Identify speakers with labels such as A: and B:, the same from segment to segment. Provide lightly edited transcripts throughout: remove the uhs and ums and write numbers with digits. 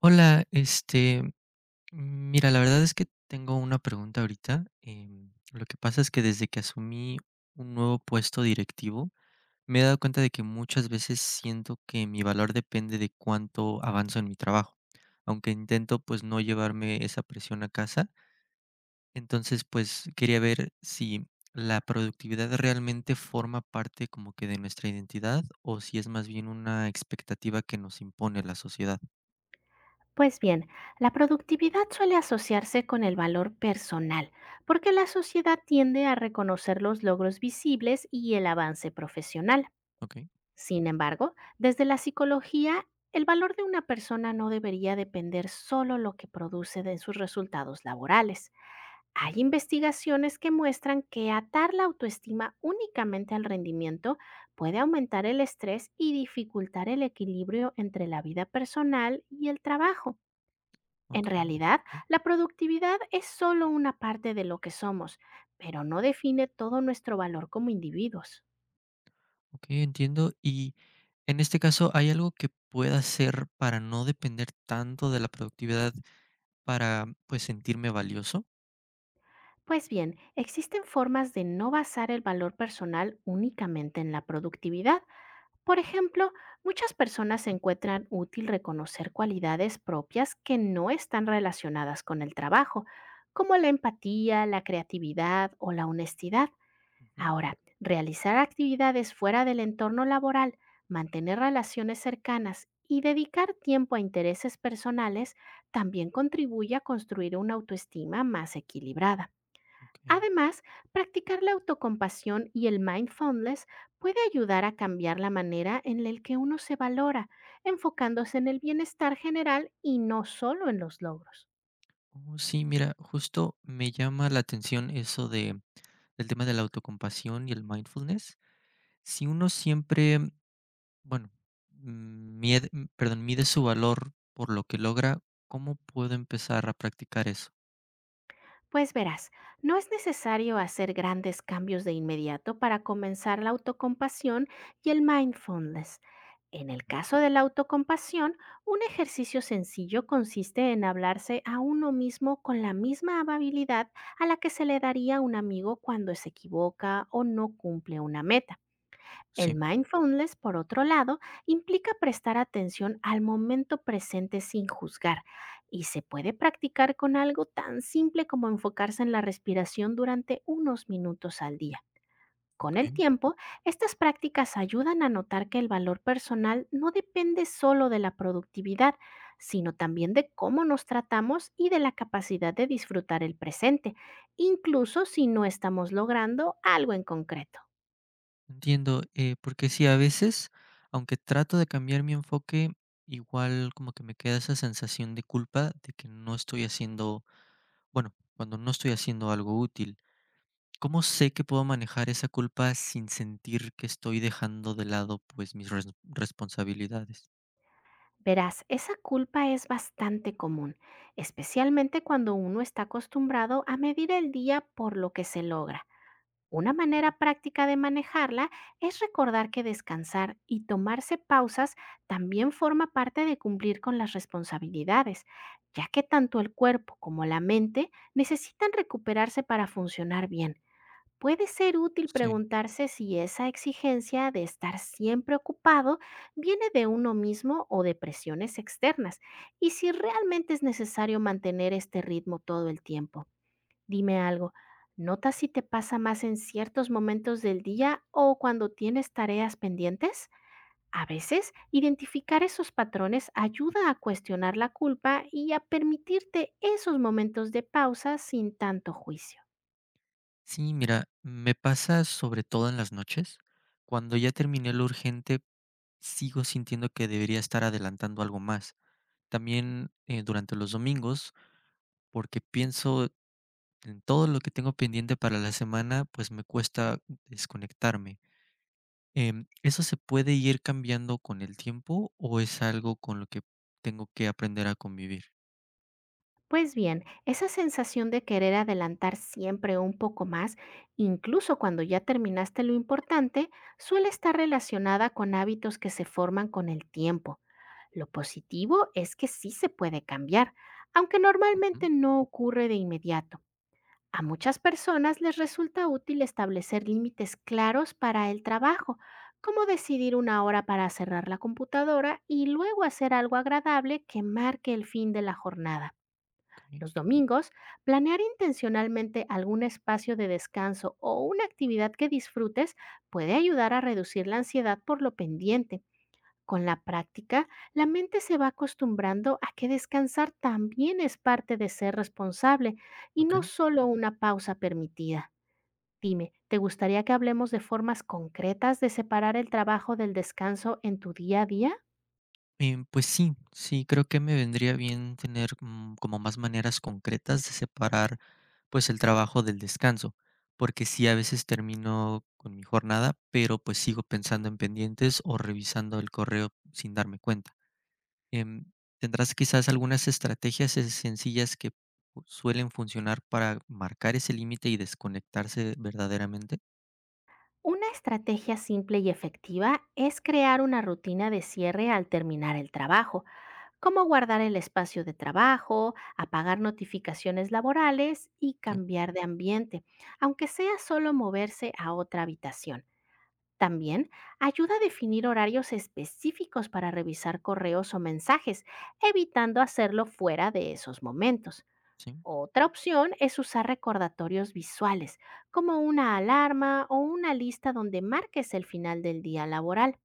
A: Hola, mira, la verdad es que tengo una pregunta ahorita. Lo que pasa es que desde que asumí un nuevo puesto directivo, me he dado cuenta de que muchas veces siento que mi valor depende de cuánto avanzo en mi trabajo, aunque intento pues no llevarme esa presión a casa. Entonces, pues quería ver si la productividad realmente forma parte como que de nuestra identidad o si es más bien una expectativa que nos impone la sociedad.
B: Pues bien, la productividad suele asociarse con el valor personal, porque la sociedad tiende a reconocer los logros visibles y el avance profesional.
A: Ok,
B: Sin embargo, desde la psicología, el valor de una persona no debería depender solo lo que produce de sus resultados laborales.
A: mm,
B: Hay investigaciones que muestran que atar la autoestima únicamente al rendimiento puede aumentar el estrés y dificultar el equilibrio entre la vida personal y el trabajo. En
A: ok.
B: realidad, la productividad es solo una parte de lo que somos, pero no define todo nuestro valor como individuos.
A: Okey, entiendo. Y en este caso, ¿hay algo que pueda hacer para no depender tanto de la productividad para, pues, sentirme valioso?
B: Pues bien, existen formas de no basar el valor personal únicamente en la productividad. Por ejemplo, muchas personas
A: Ujú,
B: encuentran útil reconocer cualidades propias que no están relacionadas con el trabajo, como la empatía, la creatividad o la honestidad.
A: ujú,
B: Ahora, realizar actividades fuera del entorno laboral, mantener relaciones cercanas y dedicar tiempo a intereses personales también contribuye a construir una autoestima más equilibrada.
A: okey.
B: Además, practicar la autocompasión y el mindfulness puede ayudar a cambiar la manera en la que uno se valora, enfocándose en el bienestar general y no solo en los logros.
A: Oh, sí, mira, justo me llama la atención eso de del tema de la autocompasión y el mindfulness. Si uno siempre, bueno, mide, mide su valor por lo que logra, ¿cómo puedo empezar a practicar eso?
B: Pues verás, no es necesario hacer grandes cambios de inmediato para comenzar la autocompasión y el mindfulness. En el
A: Ujú,
B: caso de la autocompasión, un ejercicio sencillo consiste en hablarse a uno mismo con la misma amabilidad a la que se le daría a un amigo cuando se equivoca o no cumple una meta. El
A: sí,
B: mindfulness, por otro lado, implica prestar atención al momento presente sin juzgar y se puede practicar con algo tan simple como enfocarse en la respiración durante unos minutos al día. Con el
A: okey.
B: tiempo, estas prácticas ayudan a notar que el valor personal no depende solo de la productividad, sino también de cómo nos tratamos y de la capacidad de disfrutar el presente, incluso si no estamos logrando algo en concreto.
A: Entiendo, porque sí, a veces, aunque trato de cambiar mi enfoque, igual como que me queda esa sensación de culpa de que no estoy cuando no estoy haciendo algo útil. ¿Cómo sé que puedo manejar esa culpa sin sentir que estoy dejando de lado pues responsabilidades?
B: Verás, esa culpa es bastante común, especialmente cuando uno está acostumbrado a medir el día por lo que se logra. Una manera práctica de manejarla es recordar que descansar y tomarse pausas también forma parte de cumplir con las responsabilidades, ya que tanto el cuerpo como la mente necesitan recuperarse para funcionar bien. Puede ser útil
A: Sí.
B: preguntarse si esa exigencia de estar siempre ocupado viene de uno mismo o de presiones externas y si realmente es necesario mantener este ritmo todo el tiempo. Dime algo, ¿notas si te pasa más en ciertos momentos del día o cuando tienes tareas pendientes? A veces, identificar esos patrones ayuda a cuestionar la culpa y a permitirte esos momentos de pausa sin tanto juicio.
A: Sí, mira, me pasa sobre todo en las noches. Cuando ya terminé lo urgente, sigo sintiendo que debería estar adelantando algo más. También durante los domingos porque pienso en todo lo que tengo pendiente para la semana, pues me cuesta desconectarme. ¿Eso se puede ir cambiando con el tiempo o es algo con lo que tengo que aprender a convivir?
B: Pues bien, esa sensación de querer adelantar siempre un poco más, incluso cuando ya terminaste lo importante, suele estar relacionada con hábitos que se forman con el tiempo. Lo positivo es que sí se puede cambiar, aunque
A: Ujú,
B: normalmente no ocurre de inmediato. A muchas personas les resulta útil establecer límites claros para el trabajo, como decidir una hora para cerrar la computadora y luego hacer algo agradable que marque el fin de la jornada.
A: okey,
B: Los domingos, planear intencionalmente algún espacio de descanso o una actividad que disfrutes puede ayudar a reducir la ansiedad por lo pendiente. Con la práctica, la mente se va acostumbrando a que descansar también es parte de ser responsable y no
A: okey.
B: solo una pausa permitida. Dime, ¿te gustaría que hablemos de formas concretas de separar el trabajo del descanso en tu día a día?
A: Pues sí, sí, creo que me vendría bien tener como más maneras concretas de separar, pues, el trabajo del descanso, porque sí, a veces termino con mi jornada, pero, pues, sigo pensando en pendientes o revisando el correo sin darme cuenta. Em, ¿Tendrás quizás algunas sencillas que suelen funcionar para marcar ese límite y desconectarse verdaderamente?
B: Una estrategia simple y efectiva es crear una rutina de cierre al terminar el trabajo, como guardar el espacio de trabajo, apagar notificaciones laborales y
A: Ok,
B: cambiar de ambiente, aunque sea solo moverse a otra habitación. También ayuda a definir horarios específicos para revisar correos o mensajes, evitando hacerlo fuera de esos momentos.
A: sí,
B: Otra opción es usar recordatorios visuales, como una alarma o una lista donde marques el final del día laboral.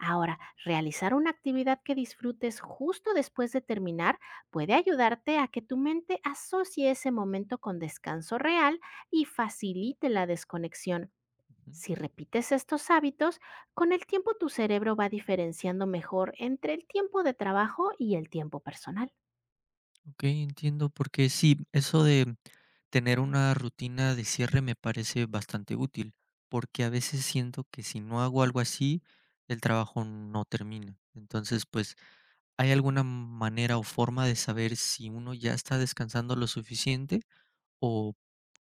B: Ahora, realizar una actividad que disfrutes justo después de terminar puede ayudarte a que tu mente asocie ese momento con descanso real y facilite la desconexión.
A: ujú.
B: Si repites estos hábitos, con el tiempo tu cerebro va diferenciando mejor entre el tiempo de trabajo y el tiempo personal.
A: Ok, entiendo, porque sí, eso de tener una rutina de cierre me parece bastante útil, porque a veces siento que si no hago algo así, el trabajo no termina. Entonces, pues, ¿hay alguna manera o forma de saber si uno ya está descansando lo suficiente? ¿O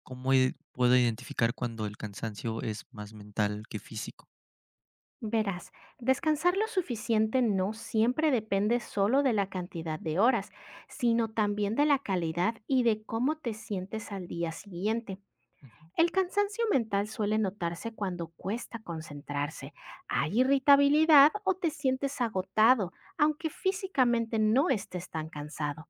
A: cómo i puedo identificar cuando el cansancio es más mental que físico?
B: Verás, descansar lo suficiente no siempre depende solo de la cantidad de horas, sino también de la calidad y de cómo te sientes al día siguiente.
A: Ujú,
B: El cansancio mental suele notarse cuando cuesta concentrarse, hay irritabilidad o te sientes agotado, aunque físicamente no estés tan cansado.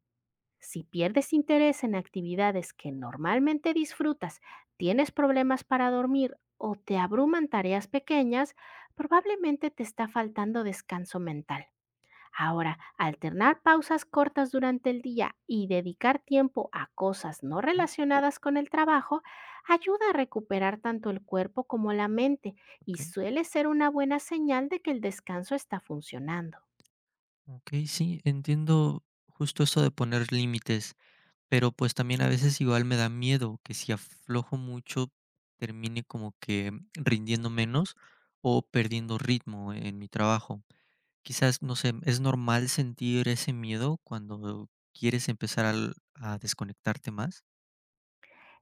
B: Si pierdes interés en actividades que normalmente disfrutas, tienes problemas para dormir o te abruman tareas pequeñas, probablemente te está faltando descanso mental. Ahora, alternar pausas cortas durante el día y dedicar tiempo a cosas no
A: ujú,
B: relacionadas con el trabajo ayuda a recuperar tanto el cuerpo como la mente y
A: okey,
B: suele ser una buena señal de que el descanso está funcionando.
A: okey, sí, entiendo justo eso de poner límites, pero, pues, también a veces igual me da miedo que si aflojo mucho termine como que rindiendo menos o perdiendo ritmo en mi trabajo. Quizás, no sé, ¿es normal sentir ese miedo cuando quieres empezar al a desconectarte más?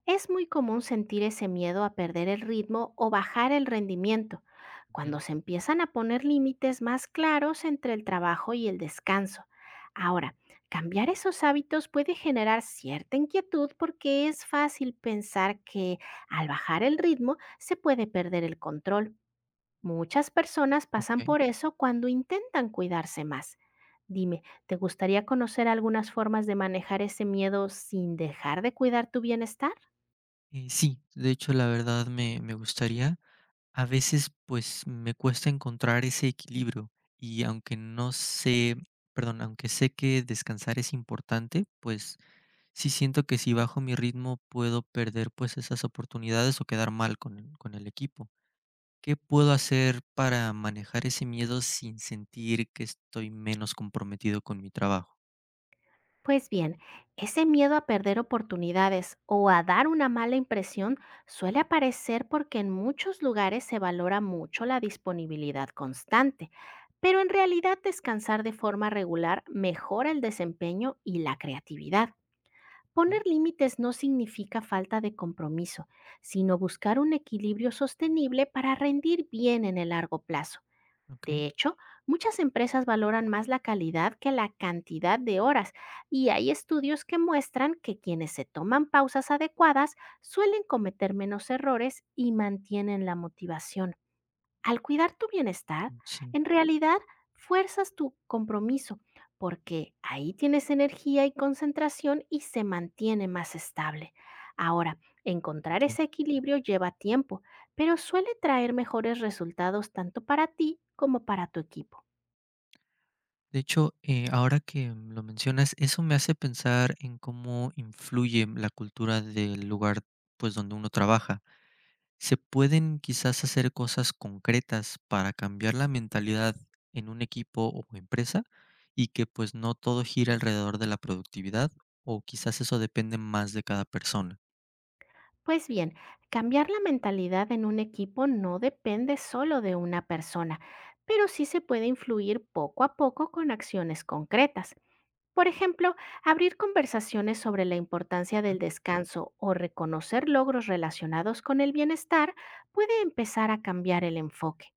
B: Es muy común sentir ese miedo a perder el ritmo o bajar el rendimiento,
A: Ujú,
B: cuando se empiezan a poner límites más claros entre el trabajo y el descanso. Ahora, cambiar esos hábitos puede generar cierta inquietud porque es fácil pensar que al bajar el ritmo se puede perder el control. Muchas personas pasan
A: okey.
B: por eso cuando intentan cuidarse más. Dime, ¿te gustaría conocer algunas formas de manejar ese miedo sin dejar de cuidar tu bienestar?
A: Sí, de hecho, la verdad me gustaría. A veces, pues, me cuesta encontrar ese equilibrio y aunque no sé perdón, aunque sé que descansar es importante, pues, sí siento que si bajo mi ritmo puedo perder, pues, esas oportunidades o quedar mal con el equipo. ¿Qué puedo hacer para manejar ese miedo sin sentir que estoy menos comprometido con mi trabajo?
B: Pues bien, ese miedo a perder oportunidades o a dar una mala impresión suele aparecer porque en muchos lugares se valora mucho la disponibilidad constante, pero en realidad descansar de forma regular mejora el desempeño y la creatividad.
A: Mm,
B: Poner límites no significa falta de compromiso, sino buscar un equilibrio sostenible para rendir bien en el largo plazo.
A: okey,
B: De hecho, muchas empresas valoran más la calidad que la cantidad de horas y hay estudios que muestran que quienes se toman pausas adecuadas suelen cometer menos errores y mantienen la motivación. Al cuidar tu bienestar,
A: mm, sí.
B: en realidad fuerzas tu compromiso, porque ahí tienes energía y concentración y se mantiene más estable. Ahora, encontrar ese equilibrio lleva tiempo, pero suele traer mejores resultados tanto para ti como para tu equipo.
A: De hecho, ahora que lo mencionas, eso me hace pensar en cómo influye la cultura del lugar, pues, donde uno trabaja. ¿Se pueden quizás hacer cosas concretas para cambiar la mentalidad en un equipo o empresa y que pues no todo gira alrededor de la productividad? O quizás eso depende más de cada persona.
B: Pues bien, cambiar la mentalidad en un equipo no depende solo de una persona, pero sí se puede influir poco a poco con acciones concretas. Por ejemplo, abrir conversaciones sobre la importancia del
A: Ujú,
B: descanso o reconocer logros relacionados con el bienestar puede empezar a cambiar el enfoque.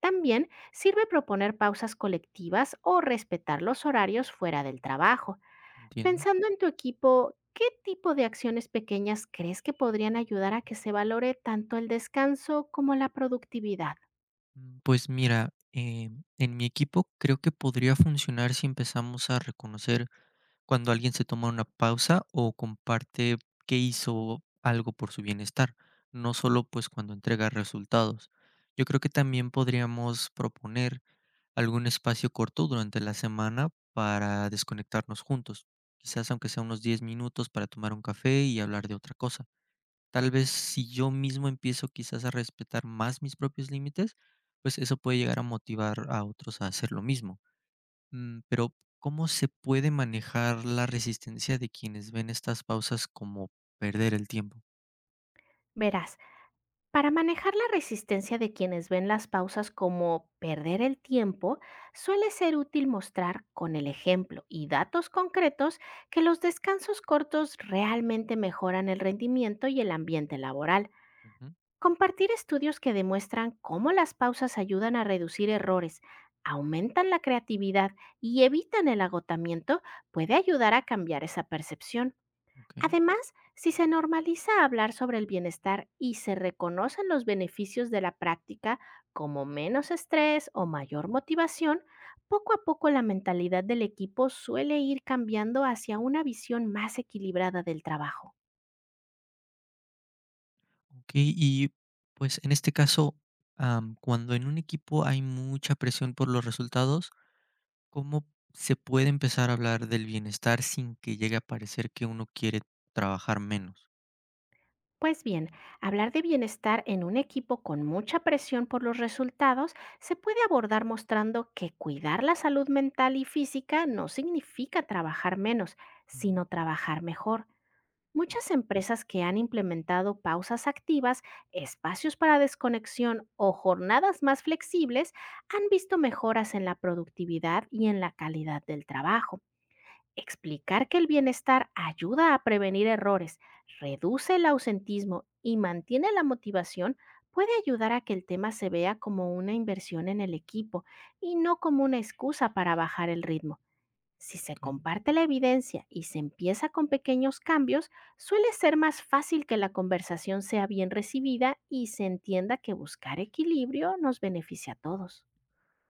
B: También sirve proponer pausas colectivas o respetar los horarios fuera del trabajo.
A: entiendo.
B: Pensando en tu equipo, ¿qué tipo de acciones pequeñas crees que podrían ayudar a que se valore tanto el descanso como la productividad?
A: Mm, pues mira, en mi equipo creo que podría funcionar si empezamos a reconocer cuando alguien se toma una pausa o comparte que hizo algo por su bienestar, no solo pues cuando entrega resultados. Yo creo que también podríamos proponer algún espacio corto durante la semana para desconectarnos juntos, quizás aunque sea unos 10 minutos para tomar un café y hablar de otra cosa. Tal vez si yo mismo empiezo quizás a respetar más mis propios límites, pues eso puede llegar a motivar a otros a hacer lo mismo. Mm, pero, ¿cómo se puede manejar la resistencia de quienes ven estas pausas como perder el tiempo?
B: Verás, para manejar la resistencia de quienes ven las pausas como perder el tiempo, suele ser útil mostrar con el ejemplo y datos concretos que los descansos cortos realmente mejoran el rendimiento y el ambiente laboral.
A: Ujú,
B: Compartir estudios que demuestran cómo las pausas ayudan a reducir errores, aumentan la creatividad y evitan el agotamiento puede ayudar a cambiar esa percepción.
A: okey.
B: Además, si se normaliza hablar sobre el bienestar y se reconocen los beneficios de la práctica como menos estrés o mayor motivación, poco a poco la mentalidad del equipo suele ir cambiando hacia una visión más equilibrada del trabajo.
A: Okey, y, pues, en este caso, cuando en un equipo hay mucha presión por los resultados, ¿cómo se puede empezar a hablar del bienestar sin que llegue a parecer que uno quiere trabajar menos?
B: Pues bien, hablar de bienestar en un equipo con mucha presión por los resultados se puede abordar mostrando que cuidar la salud mental y física no significa trabajar menos,
A: Ujú,
B: sino trabajar mejor. Muchas empresas que han implementado pausas activas, espacios para desconexión o jornadas más flexibles han visto mejoras en la productividad y en la calidad del trabajo. Explicar que el bienestar ayuda a prevenir errores, reduce el ausentismo y mantiene la motivación puede ayudar a que el tema se vea como una inversión en el equipo y no como una excusa para bajar el ritmo. Si se
A: okey.
B: comparte la evidencia y se empieza con pequeños cambios, suele ser más fácil que la conversación sea bien recibida y se entienda que buscar equilibrio nos beneficia a todos.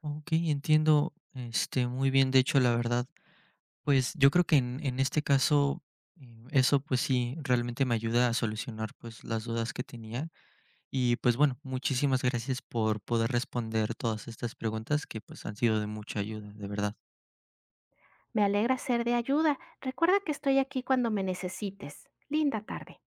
A: Okey, entiendo, muy bien. De hecho, la verdad pues yo creo que en este caso, eso pues sí, realmente me ayuda a solucionar pues las dudas que tenía. Y pues bueno, muchísimas gracias por poder responder todas estas preguntas que pues han sido de mucha ayuda, de verdad.
B: Me alegra ser de ayuda. Recuerda que estoy aquí cuando me necesites. Linda tarde.